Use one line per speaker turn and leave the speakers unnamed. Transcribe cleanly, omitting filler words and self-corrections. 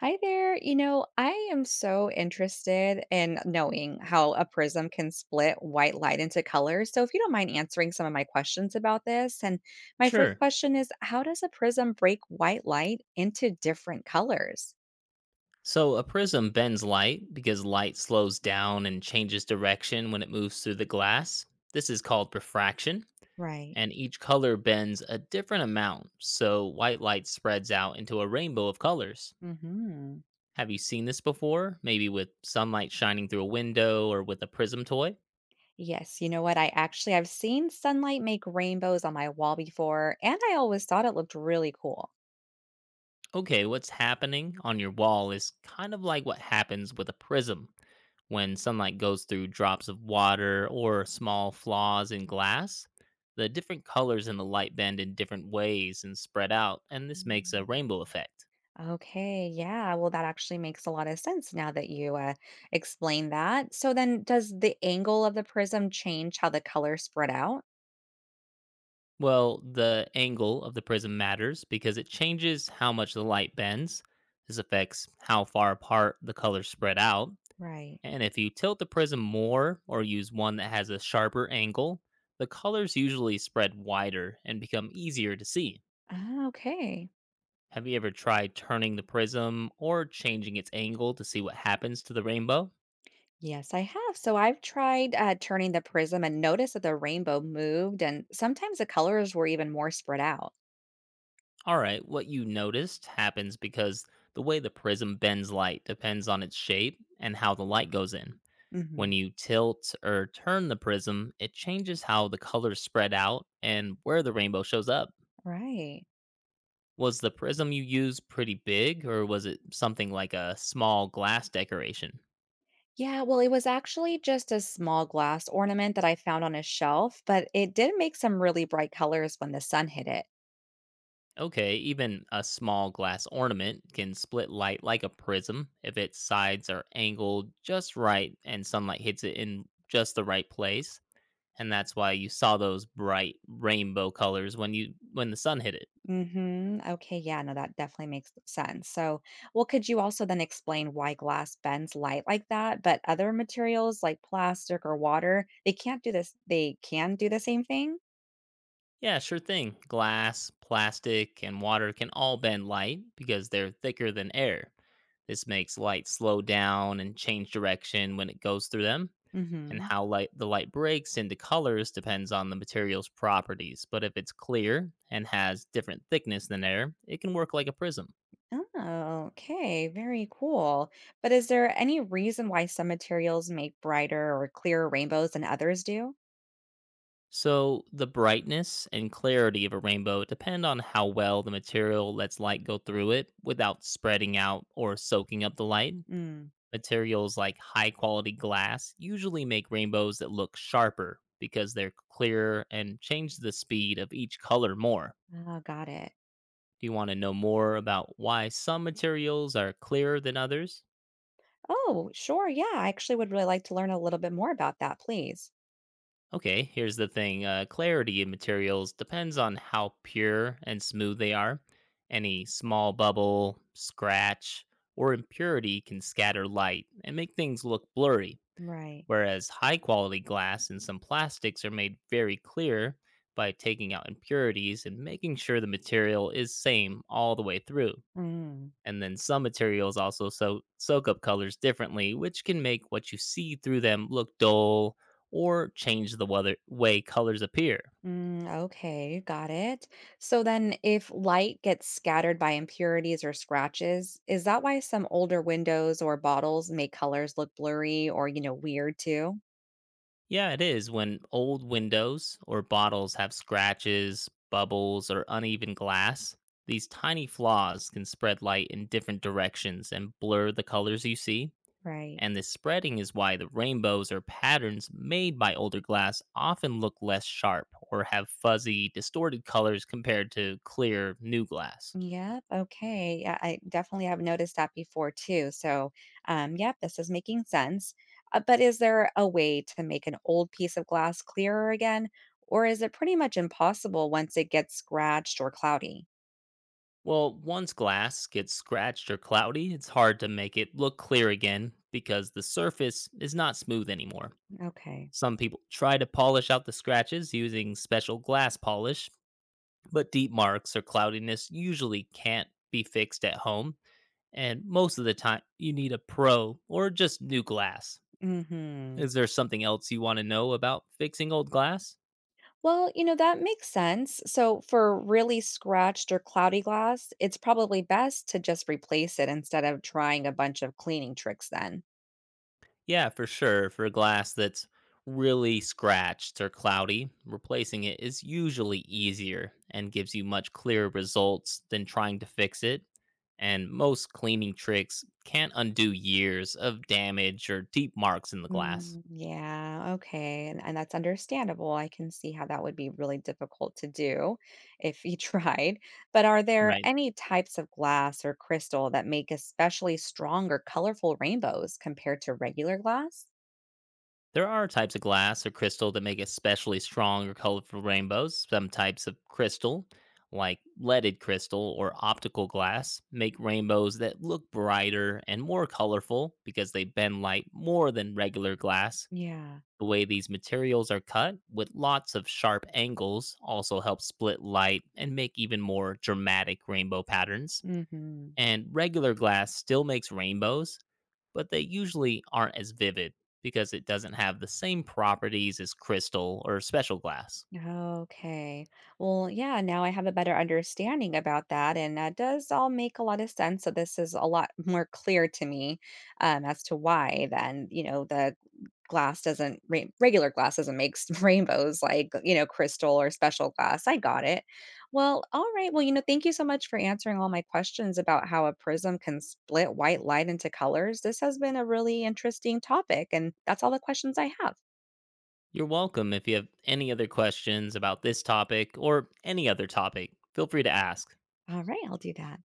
Hi there. You know, I am so interested in knowing how a prism can split white light into colors. So, if you don't mind answering some of my questions about this, and my first
Sure.
question is how does a prism break white light into different colors?
So a prism bends light because light slows down and changes direction when it moves through the glass. This is called refraction,
Right.
and each color bends a different amount, so white light spreads out into a rainbow of colors.
Hmm.
Have you seen this before? Maybe with sunlight shining through a window or with a prism toy?
Yes, you know what? I've seen sunlight make rainbows on my wall before, and I always thought it looked really cool.
Okay, what's happening on your wall is kind of like what happens with a prism. When sunlight goes through drops of water or small flaws in glass, the different colors in the light bend in different ways and spread out, and this makes a rainbow effect.
Okay, yeah. Well, that actually makes a lot of sense now that you explain that. So then, does the angle of the prism change how the colors spread out?
Well, the angle of the prism matters because it changes how much the light bends. This affects how far apart the colors spread out.
Right.
And if you tilt the prism more or use one that has a sharper angle, the colors usually spread wider and become easier to see.
Ah, okay.
Have you ever tried turning the prism or changing its angle to see what happens to the rainbow?
Yes, I have. So I've tried turning the prism and noticed that the rainbow moved, and sometimes the colors were even more spread out.
All right, what you noticed happens because the way the prism bends light depends on its shape and how the light goes in. When
Hmm.
you tilt or turn the prism, it changes how the colors spread out and where the rainbow shows up.
Right.
Was the prism you used pretty big, or was it something like a small glass decoration?
Yeah, well, it was actually just a small glass ornament that I found on a shelf, but it did make some really bright colors when the sun hit it.
Okay, even a small glass ornament can split light like a prism if its sides are angled just right and sunlight hits it in just the right place. And that's why you saw those bright rainbow colors when the sun hit it.
Hmm. Okay, yeah, no, that definitely makes sense. So, well, could you also then explain why glass bends light like that, but other materials like plastic or water, they can't do this, they can do the same thing?
Yeah, sure thing. Glass, plastic, and water can all bend light because they're thicker than air. This makes light slow down and change direction when it goes through them. And
Hmm.
how light the light breaks into colors depends on the material's properties. But if it's clear and has different thickness than air, it can work like a prism.
Oh, okay, very cool. But is there any reason why some materials make brighter or clearer rainbows than others do?
So the brightness and clarity of a rainbow depend on how well the material lets light go through it without spreading out or soaking up the light.
Mm.
Materials like high quality glass usually make rainbows that look sharper because they're clearer and change the speed of each color more.
Oh, got it.
Do you want to know more about why some materials are clearer than others?
Oh, sure. Yeah, I actually would really like to learn a little bit more about that, please.
Okay, here's the thing, clarity in materials depends on how pure and smooth they are. Any small bubble, scratch, or impurity can scatter light and make things look blurry,
Right.
whereas high quality glass and some plastics are made very clear by taking out impurities and making sure the material is same all the way through.
Mm.
And then some materials also soak up colors differently, which can make what you see through them look dull or change the way colors appear.
Mm, okay, got it. So then, if light gets scattered by impurities or scratches, is that why some older windows or bottles make colors look blurry or, weird too?
Yeah, it is. When old windows or bottles have scratches, bubbles, or uneven glass, these tiny flaws can spread light in different directions and blur the colors you see,
Right.
and this spreading is why the rainbows or patterns made by older glass often look less sharp or have fuzzy, distorted colors compared to clear, new glass.
Yep. Okay. Yeah, I definitely have noticed that before too. So, yep, this is making sense. But is there a way to make an old piece of glass clearer again, or is it pretty much impossible once it gets scratched or cloudy?
Well, once glass gets scratched or cloudy, it's hard to make it look clear again because the surface is not smooth anymore.
Okay.
Some people try to polish out the scratches using special glass polish, but deep marks or cloudiness usually can't be fixed at home, and most of the time you need a pro or just new glass.
Mm-hmm.
Is there something else you want to know about fixing old glass?
Well, that makes sense. So, for really scratched or cloudy glass, it's probably best to just replace it instead of trying a bunch of cleaning tricks then.
Yeah, for sure. For glass that's really scratched or cloudy, replacing it is usually easier and gives you much clearer results than trying to fix it. And most cleaning tricks can't undo years of damage or deep marks in the glass.
Mm, yeah, okay. And that's understandable. I can see how that would be really difficult to do if you tried. But are there
Right.
any types of glass or crystal that make especially strong or colorful rainbows compared to regular glass?
There are types of glass or crystal that make especially strong or colorful rainbows. Some types of crystal, like leaded crystal or optical glass, make rainbows that look brighter and more colorful because they bend light more than regular glass.
Yeah.
The way these materials are cut with lots of sharp angles also helps split light and make even more dramatic rainbow patterns,
Mm-hmm.
and regular glass still makes rainbows, but they usually aren't as vivid because it doesn't have the same properties as crystal or special glass.
Okay. Well, yeah, now I have a better understanding about that. And that does all make a lot of sense. So this is a lot more clear to me as to why then, the glass doesn't rain regular glass doesn't make s rainbows like, you know, crystal or special glass. I got it. Well, all right. Well, thank you so much for answering all my questions about how a prism can split white light into colors. This has been a really interesting topic, and that's all the questions I have.
You're welcome. If you have any other questions about this topic or any other topic, feel free to ask.
All right, I'll do that.